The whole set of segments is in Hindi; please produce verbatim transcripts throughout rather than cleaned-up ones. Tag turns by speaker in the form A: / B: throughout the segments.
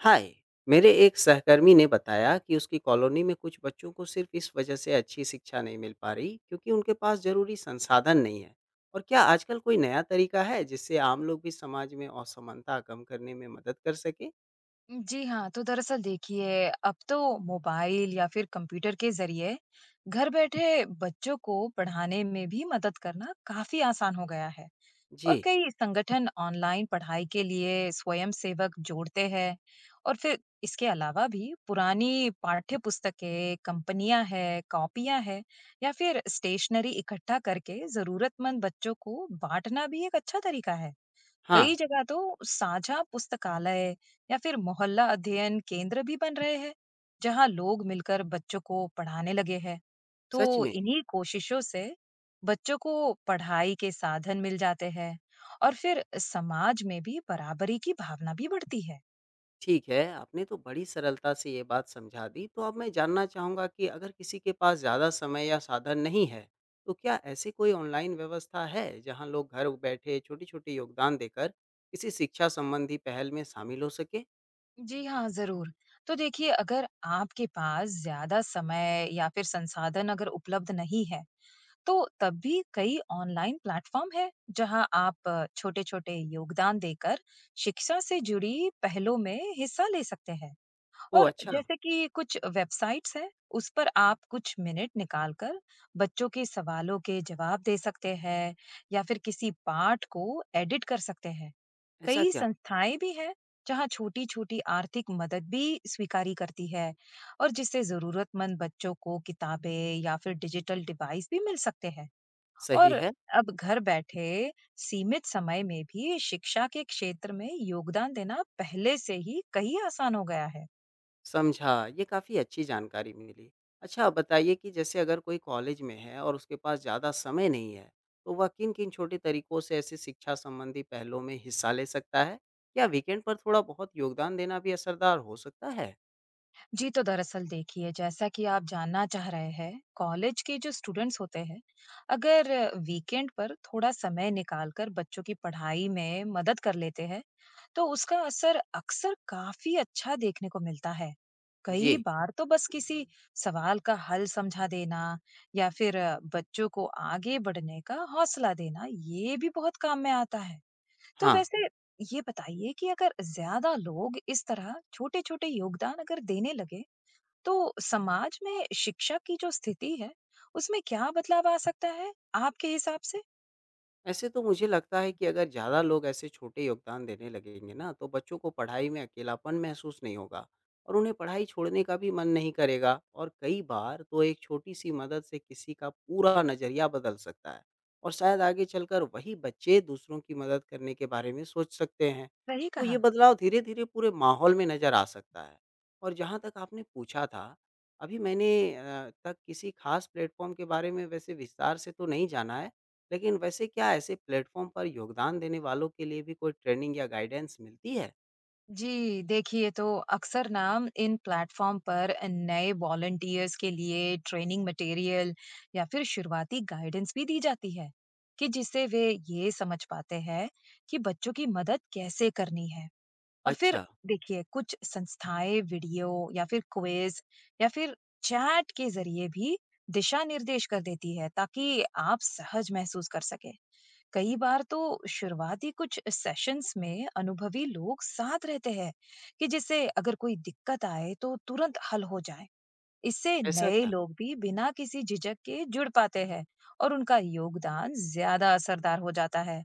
A: हाय। मेरे एक सहकर्मी ने बताया कि उसकी कॉलोनी में कुछ बच्चों को सिर्फ इस वजह से अच्छी शिक्षा नहीं मिल पा रही क्योंकि उनके पास जरूरी संसाधन नहीं है। और क्या आजकल कोई नया तरीका है जिससे आम लोग भी समाज में असमानता कम करने में मदद कर सके?
B: जी हाँ, तो दरअसल देखिए, अब तो मोबाइल या फिर कंप्यूटर के ज़रिए घर बैठे बच्चों को पढ़ाने में भी मदद करना काफ़ी आसान हो गया है। और
A: जी।
B: कई संगठन ऑनलाइन पढ़ाई के लिए स्वयंसेवक जोड़ते हैं। और फिर इसके अलावा भी पुरानी पाठ्य पुस्तकें, कंपनियां हैं, कॉपियां हैं, या फिर स्टेशनरी इकट्ठा करके ज़रूरतमंद बच्चों को बांटना भी एक अच्छा तरीका है। कई
A: हाँ।
B: जगह तो साझा पुस्तकालय या फिर मोहल्ला अध्ययन केंद्र भी बन रहे हैं, जहां लोग मिलकर बच्चों को पढ़ाने लगे हैं। तो
A: सच में।
B: इन्हीं कोशिशों से बच्चों को पढ़ाई के साधन मिल जाते हैं और फिर समाज में भी बराबरी की भावना भी बढ़ती है।
A: ठीक है, आपने तो बड़ी सरलता से ये बात समझा दी, तो अब मैं जानना चाहूँगा कि अगर किसी के पास ज़्यादा समय या साधन नहीं है, तो क्या ऐसी कोई ऑनलाइन व्यवस्था है, जहाँ लोग घर बैठे छोटे-छोटे योगदान देकर किसी शिक्षा संबंधी पहल में शामिल हो सकें?
B: जी हाँ, जरूर। तो देखिए, अगर आपके पास ज्यादा समय या फिर संसाधन अगर उपलब्ध नहीं है, तो तब भी कई ऑनलाइन प्लेटफॉर्म है जहां आप छोटे छोटे योगदान देकर शिक्षा से जुड़ी पहलों में हिस्सा ले सकते हैं।
A: ओह
B: और
A: अच्छा।
B: जैसे कि कुछ वेबसाइट्स हैं, उस पर आप कुछ मिनट निकालकर बच्चों के सवालों के जवाब दे सकते हैं या फिर किसी पाठ को एडिट कर सकते हैं।
A: ऐसा
B: कई
A: क्या?
B: संस्थाएं भी हैं जहां छोटी छोटी आर्थिक मदद भी स्वीकारी करती है, और जिससे जरूरतमंद बच्चों को किताबें या फिर डिजिटल डिवाइस भी मिल सकते हैं।
A: सही
B: और
A: है।
B: अब घर बैठे सीमित समय में भी शिक्षा के क्षेत्र में योगदान देना पहले से ही कहीं आसान हो गया है।
A: समझा, ये काफ़ी अच्छी जानकारी मिली। अच्छा आप बताइए कि जैसे अगर कोई कॉलेज में है और उसके पास ज़्यादा समय नहीं है, तो वह किन-किन छोटे तरीकों से ऐसे शिक्षा संबंधी पहलों में हिस्सा ले सकता है? क्या वीकेंड पर थोड़ा बहुत योगदान देना भी असरदार हो सकता है?
B: जी, तो दरअसल देखिए, जैसा कि आप जानना चाह रहे हैं, कॉलेज के जो स्टूडेंट्स होते हैं, अगर वीकेंड पर थोड़ा समय निकालकर बच्चों की पढ़ाई में मदद कर लेते हैं, तो उसका असर अक्सर काफ़ी अच्छा देखने को मिलता है। कई
A: जी।
B: बार तो बस किसी सवाल का हल समझा देना या फिर बच्चों को आगे बढ़ने का हौसला देना, ये भी बहुत काम में आता है। तो
A: हाँ।
B: वैसे ये बताइए कि अगर ज़्यादा लोग इस तरह छोटे-छोटे योगदान अगर देने लगे, तो समाज में शिक्षा की जो स्थिति है, उसमें क्या बदलाव आ सकता है आपके हिसाब से?
A: ऐसे तो मुझे लगता है कि अगर ज़्यादा लोग ऐसे छोटे योगदान देने लगेंगे ना, तो बच्चों को पढ़ाई में अकेलापन महसूस नहीं होगा और उन्हें पढ़ाई छोड़ने का भी मन नहीं करेगा। और कई बार तो एक छोटी-सी मदद से किसी का पूरा नज़रिया बदल सकता है और शायद आगे चलकर वही बच्चे दूसरों की मदद करने के बारे में सोच सकते हैं।
B: सही
A: तो ये
B: कहा।
A: बदलाव धीरे-धीरे पूरे माहौल में नज़र आ सकता है। और जहाँ तक आपने पूछा था, अभी मैंने अ, तक किसी खास प्लेटफ़ॉर्म के बारे में वैसे विस्तार से तो नहीं जाना है। लेकिन वैसे क्या ऐसे प्लेटफ़ॉर्म पर योगदान देने वालों के लिए भी कोई ट्रेनिंग या गाइडेंस मिलती है?
B: जी, देखिए, तो अक्सर ना इन प्लेटफॉर्म पर नए वॉलंटियर्स के लिए ट्रेनिंग मटेरियल या फिर शुरुआती गाइडेंस भी दी जाती है, कि जिससे वे ये समझ पाते हैं कि बच्चों की मदद कैसे करनी है। और फिर
A: अच्छा।
B: देखिए, कुछ संस्थाएं वीडियो या फिर क्विज या फिर चैट के जरिए भी दिशा निर्देश कर देती है ताकि आप सहज महसूस कर सके। कई बार तो शुरुआती कुछ सेशंस में अनुभवी लोग साथ रहते हैं, कि जिससे अगर कोई दिक्कत आए तो तुरंत हल हो जाए। इससे
A: ऐसा
B: नए
A: क्या?
B: लोग भी बिना किसी झिझक के जुड़ पाते हैं और उनका योगदान ज्यादा असरदार हो जाता है।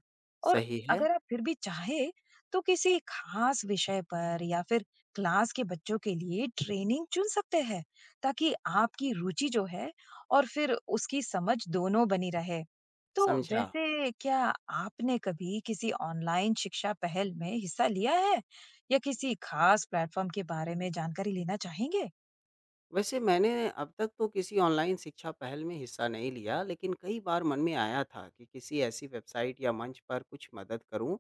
B: और
A: सही है।
B: अगर आप फिर भी चाहे तो किसी खास विषय पर या फिर क्लास के बच्चों के लिए ट्रेनिंग चुन सकते हैं, ताकि आपकी रुचि जो है और फिर उसकी समझ दोनों बनी रहे। तो
A: समझा।
B: वैसे क्या आपने कभी किसी ऑनलाइन शिक्षा पहल में हिस्सा लिया है, या किसी खास प्लेटफॉर्म के बारे में जानकारी लेना चाहेंगे?
A: वैसे मैंने अब तक तो किसी ऑनलाइन शिक्षा पहल में हिस्सा नहीं लिया, लेकिन कई बार मन में आया था कि किसी ऐसी वेबसाइट या मंच पर कुछ मदद करूं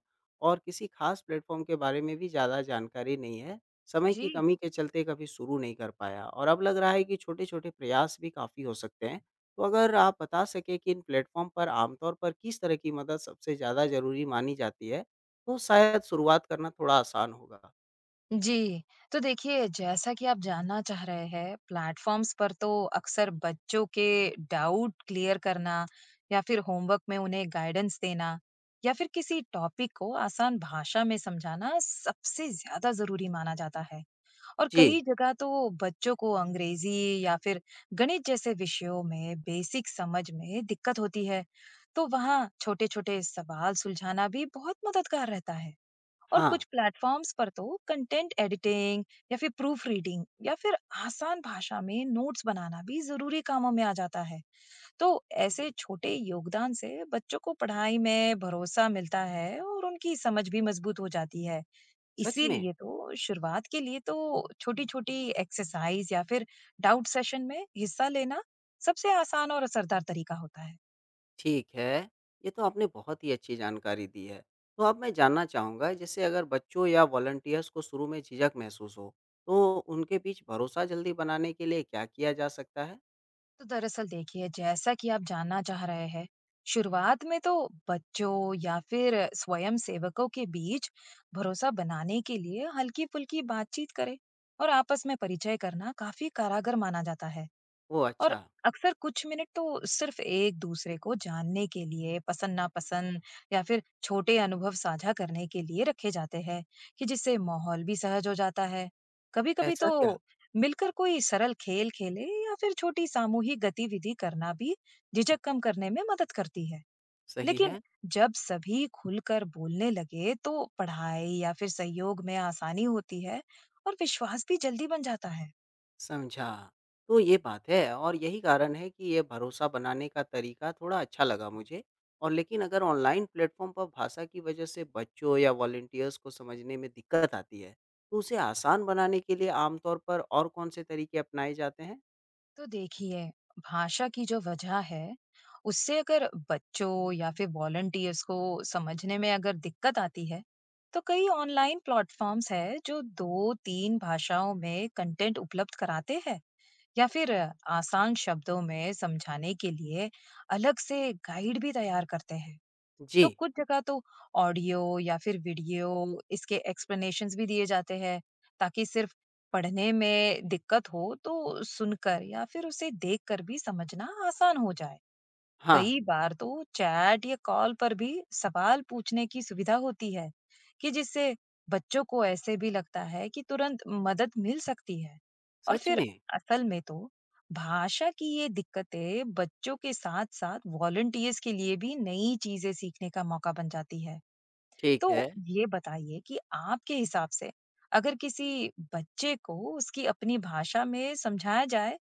A: और किसी खास प्लेटफॉर्म के बारे में भी ज़्यादा जानकारी नहीं है। समय
B: जी।
A: की कमी के चलते कभी शुरू नहीं कर पाया और अब लग रहा है कि छोटे-छोटे प्रयास भी काफ़ी हो सकते हैं। तो अगर आप बता सके कि इन प्लेटफॉर्म पर आमतौर पर किस तरह की मदद सबसे ज़्यादा ज़रूरी मानी जाती है, तो शायद शुरुआत करना थोड़ा आसान होगा।
B: जी, तो देखिए, जैसा कि आप जानना चाह रहे हैं, प्लेटफ़ॉर्म्स पर तो अक्सर बच्चों के डाउट क्लियर करना या फिर होमवर्क में उन्हें गाइडेंस देना या फिर किसी टॉपिक को आसान भाषा में समझाना सबसे ज़्यादा ज़रूरी माना जाता है। और कई
A: जी।
B: जगह तो बच्चों को अंग्रेज़ी या फिर गणित जैसे विषयों में बेसिक समझ में दिक्कत होती है, तो वहाँ छोटे-छोटे सवाल सुलझाना भी बहुत मददगार रहता है। और
A: हाँ।
B: कुछ प्लेटफॉर्म्स पर तो कंटेंट एडिटिंग या फिर प्रूफ रीडिंग या फिर आसान भाषा में नोट्स बनाना भी जरूरी कामों में आ जाता है। तो ऐसे छोटे योगदान से बच्चों को पढ़ाई में भरोसा मिलता है और उनकी समझ भी मजबूत हो जाती है।
A: सच में।
B: इसीलिए तो शुरुआत के लिए तो छोटी छोटी एक्सरसाइज या फिर डाउट सेशन में हिस्सा लेना सबसे आसान और असरदार तरीका होता है।
A: ठीक है, ये तो आपने बहुत ही अच्छी जानकारी दी है। तो अब मैं जानना चाहूँगा जैसे अगर बच्चों या वॉलंटियर्स को शुरू में झिझक महसूस हो, तो उनके बीच भरोसा जल्दी बनाने के लिए क्या किया जा सकता है?
B: तो दरअसल देखिए, जैसा कि आप जानना चाह रहे हैं, शुरुआत में तो बच्चों या फिर स्वयं सेवकों के बीच भरोसा बनाने के लिए हल्की फुल्की बातचीत करें और आपस में परिचय करना काफी कारगर माना जाता है।
A: ओह
B: और
A: अच्छा।
B: अक्सर कुछ मिनट तो सिर्फ एक-दूसरे को जानने के लिए, पसंद-नापसंद या फिर छोटे अनुभव साझा करने के लिए रखे जाते हैं, कि जिससे माहौल भी सहज हो जाता है। कभी-कभी तो
A: ऐसा क्या?
B: मिलकर कोई सरल खेल खेले या फिर छोटी सामूहिक गतिविधि करना भी झिझक कम करने में मदद करती है।
A: सही
B: लेकिन
A: है।
B: जब सभी खुलकर बोलने लगे, तो पढ़ाई या फिर सहयोग में आसानी होती है और विश्वास भी जल्दी बन जाता है।
A: समझा। तो ये बात है और यही कारण है कि ये भरोसा बनाने का तरीका थोड़ा अच्छा लगा मुझे। और लेकिन अगर ऑनलाइन प्लेटफ़ॉर्म पर भाषा की वजह से बच्चों या वॉलंटियर्स को समझने में दिक्कत आती है, तो उसे आसान बनाने के लिए आमतौर पर और कौन से तरीके अपनाए जाते हैं?
B: तो देखिए, भाषा की जो वजह है उससे अगर बच्चों या फिर वॉलंटियर्स को समझने में अगर दिक्कत आती है, तो कई ऑनलाइन प्लेटफॉर्म्स है जो दो तीन भाषाओं में कंटेंट उपलब्ध कराते हैं या फिर आसान शब्दों में समझाने के लिए अलग से गाइड भी तैयार करते हैं। तो
A: जी।
B: कुछ जगह तो ऑडियो या फिर वीडियो इसके एक्सप्लेनेशंस भी दिए जाते हैं, ताकि सिर्फ पढ़ने में दिक्कत हो तो सुनकर या फिर उसे देखकर भी समझना आसान हो जाए।
A: हाँ।
B: कई बार तो चैट या कॉल पर भी सवाल पूछने की सुविधा होती है, कि जिससे बच्चों को ऐसे भी लगता है कि तुरंत मदद मिल सकती है। और
A: सच
B: फिर
A: में?
B: असल में तो भाषा की ये दिक्कतें बच्चों के साथ साथ वॉलंटियर्स के लिए भी नई चीजें सीखने का मौका बन जाती है।
A: ठीक
B: तो
A: है।
B: ये बताइए कि आपके हिसाब से अगर किसी बच्चे को उसकी अपनी भाषा में समझाया जाए,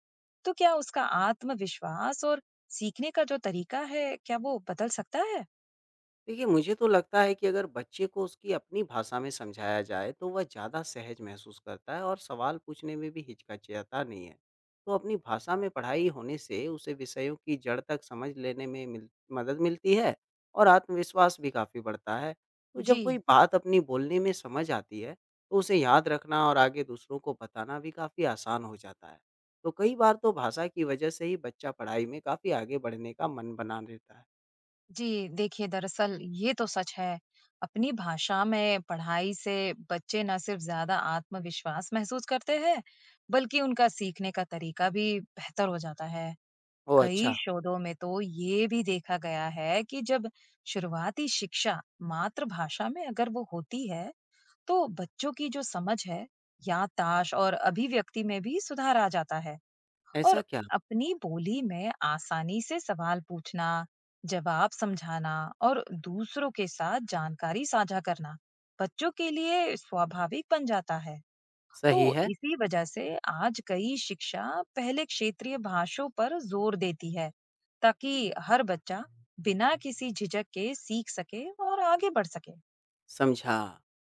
B: तो क्या उसका आत्मविश्वास और सीखने का जो तरीका है, क्या वो बदल सकता है?
A: देखिए, मुझे तो लगता है कि अगर बच्चे को उसकी अपनी भाषा में समझाया जाए, तो वह ज़्यादा सहज महसूस करता है और सवाल पूछने में भी हिचकिचाता नहीं है। तो अपनी भाषा में पढ़ाई होने से उसे विषयों की जड़ तक समझ लेने में मिल मदद मिलती है और आत्मविश्वास भी काफ़ी बढ़ता है। तो जब कोई
B: जी।
A: बात अपनी बोलने में समझ आती है, तो उसे याद रखना और आगे दूसरों को बताना भी काफ़ी आसान हो जाता है। तो कई बार तो भाषा की वजह से ही बच्चा पढ़ाई में काफ़ी आगे बढ़ने का मन बना रहता है।
B: जी, देखिए, दरअसल ये तो सच है। अपनी भाषा में पढ़ाई से बच्चे न सिर्फ ज़्यादा आत्मविश्वास महसूस करते हैं, बल्कि उनका सीखने का तरीका भी बेहतर हो जाता है।
A: ओह
B: कई
A: अच्छा!
B: शोधों में तो ये भी देखा गया है कि जब शुरुआती शिक्षा मातृभाषा में अगर वो होती है, तो बच्चों की जो समझ है, याददाश्त और अभिव्यक्ति में भी सुधार आ जाता है।
A: ऐसा
B: और
A: क्या?
B: अपनी बोली में आसानी से सवाल पूछना, जवाब समझाना और दूसरों के साथ जानकारी साझा करना बच्चों के लिए स्वाभाविक बन जाता है। तो
A: सही है,
B: इसी वजह से आज कई शिक्षा पहले क्षेत्रीय भाषाओं पर जोर देती है, ताकि हर बच्चा बिना किसी झिझक के सीख सके और आगे बढ़ सके।
A: समझा।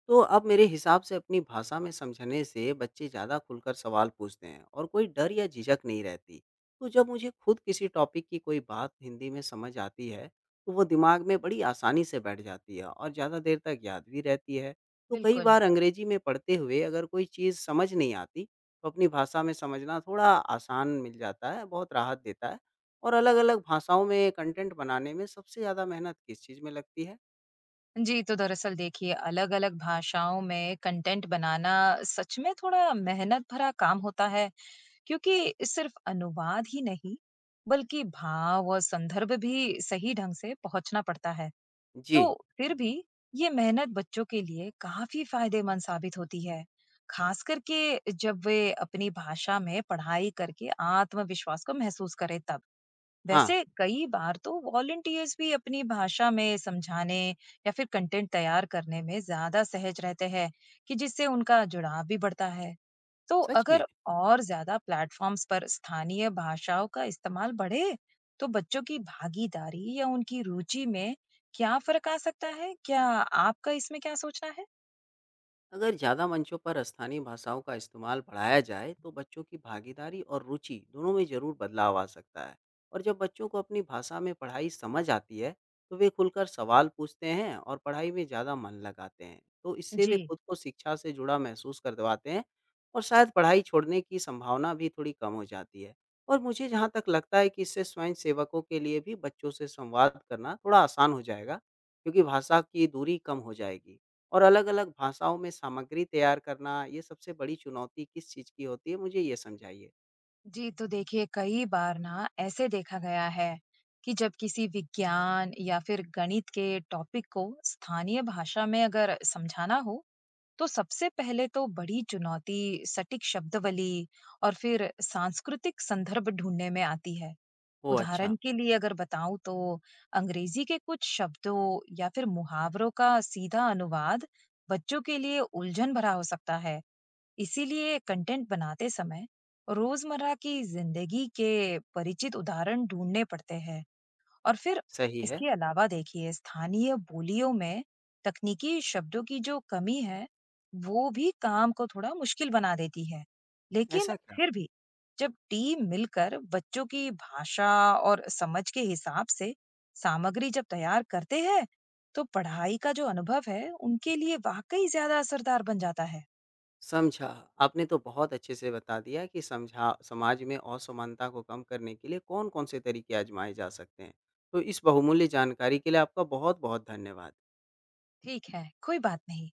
A: तो अब मेरे हिसाब से अपनी भाषा में समझने से बच्चे ज़्यादा खुलकर सवाल पूछते हैं और कोई डर या झिझक नहीं रहती। तो जब मुझे खुद किसी टॉपिक की कोई बात हिंदी में समझ आती है, तो वो दिमाग में बड़ी आसानी से बैठ जाती है और ज़्यादा देर तक याद भी रहती है। तो कई
B: बिल्कुल।
A: बार अंग्रेजी में पढ़ते हुए अगर कोई चीज़ समझ नहीं आती, तो अपनी भाषा में समझना थोड़ा आसान मिल जाता है, बहुत राहत देता है। और अलग-अलग भाषाओं में कंटेंट बनाने में सबसे ज़्यादा मेहनत किस चीज़ में लगती है?
B: जी, तो दरअसल देखिए, अलग अलग भाषाओं में कंटेंट बनाना सच में थोड़ा मेहनत भरा काम होता है, क्योंकि सिर्फ अनुवाद ही नहीं बल्कि भाव और संदर्भ भी सही ढंग से पहुंचना पड़ता है। तो
A: जी।
B: फिर भी ये मेहनत बच्चों के लिए काफी फायदेमंद साबित होती है, खास करके जब वे अपनी भाषा में पढ़ाई करके आत्मविश्वास को महसूस करें। तब
A: हाँ,
B: वैसे कई बार तो वॉलंटियर्स भी अपनी भाषा में समझाने या फिर कंटेंट तैयार करने में ज्यादा सहज रहते हैं, कि जिससे उनका जुड़ाव भी बढ़ता है। तो
A: सच में।
B: अगर और ज्यादा प्लेटफॉर्म्स पर स्थानीय भाषाओं का इस्तेमाल बढ़े, तो बच्चों की भागीदारी या उनकी रुचि में क्या फर्क आ सकता है? क्या आपका इसमें क्या सोचना है?
A: अगर ज़्यादा मंचों पर स्थानीय भाषाओं का इस्तेमाल बढ़ाया जाए, तो बच्चों की भागीदारी और रुचि दोनों में ज़रूर बदलाव आ सकता है। और जब बच्चों को अपनी भाषा में पढ़ाई समझ आती है, तो वे खुलकर सवाल पूछते हैं और पढ़ाई में ज़्यादा मन लगाते हैं। तो इससे
B: जी।
A: वे खुद को शिक्षा से जुड़ा महसूस करवाते हैं और शायद पढ़ाई छोड़ने की संभावना भी थोड़ी कम हो जाती है। और मुझे जहाँ तक लगता है कि इससे स्वयंसेवकों के लिए भी बच्चों से संवाद करना थोड़ा आसान हो जाएगा, क्योंकि भाषा की दूरी कम हो जाएगी। और अलग-अलग भाषाओं में सामग्री तैयार करना, ये सबसे बड़ी चुनौती किस चीज़ की होती है, मुझे ये समझाइए?
B: जी, तो देखिए, कई बार ना ऐसे देखा गया है कि जब किसी विज्ञान या फिर गणित के टॉपिक को स्थानीय भाषा में अगर समझाना हो, तो सबसे पहले तो बड़ी चुनौती सटीक शब्दावली और फिर सांस्कृतिक संदर्भ ढूंढने में आती है।
A: ओह! अच्छा,
B: उदाहरण के लिए अगर बताऊं तो अंग्रेजी के कुछ शब्दों या फिर मुहावरों का सीधा अनुवाद बच्चों के लिए उलझन भरा हो सकता है। इसीलिए कंटेंट बनाते समय रोजमर्रा की जिंदगी के परिचित उदाहरण ढूंढने पड़ते हैं। और फिर
A: सही है,
B: इसके अलावा देखिए, स्थानीय बोलियों में तकनीकी शब्दों की जो कमी है वो भी काम को थोड़ा मुश्किल बना देती है। लेकिन
A: ऐसा क्या?
B: फिर भी जब टीम मिलकर बच्चों की भाषा और समझ के हिसाब से सामग्री जब तैयार करते हैं, तो पढ़ाई का जो अनुभव है उनके लिए वाकई ज्यादा असरदार बन जाता है।
A: समझा, आपने तो बहुत अच्छे से बता दिया कि समझा समाज में असमानता को कम करने के लिए कौन-कौन से तरीके आज़माए जा सकते हैं। तो इस बहुमूल्य जानकारी के लिए आपका बहुत-बहुत धन्यवाद।
B: ठीक है, कोई बात नहीं।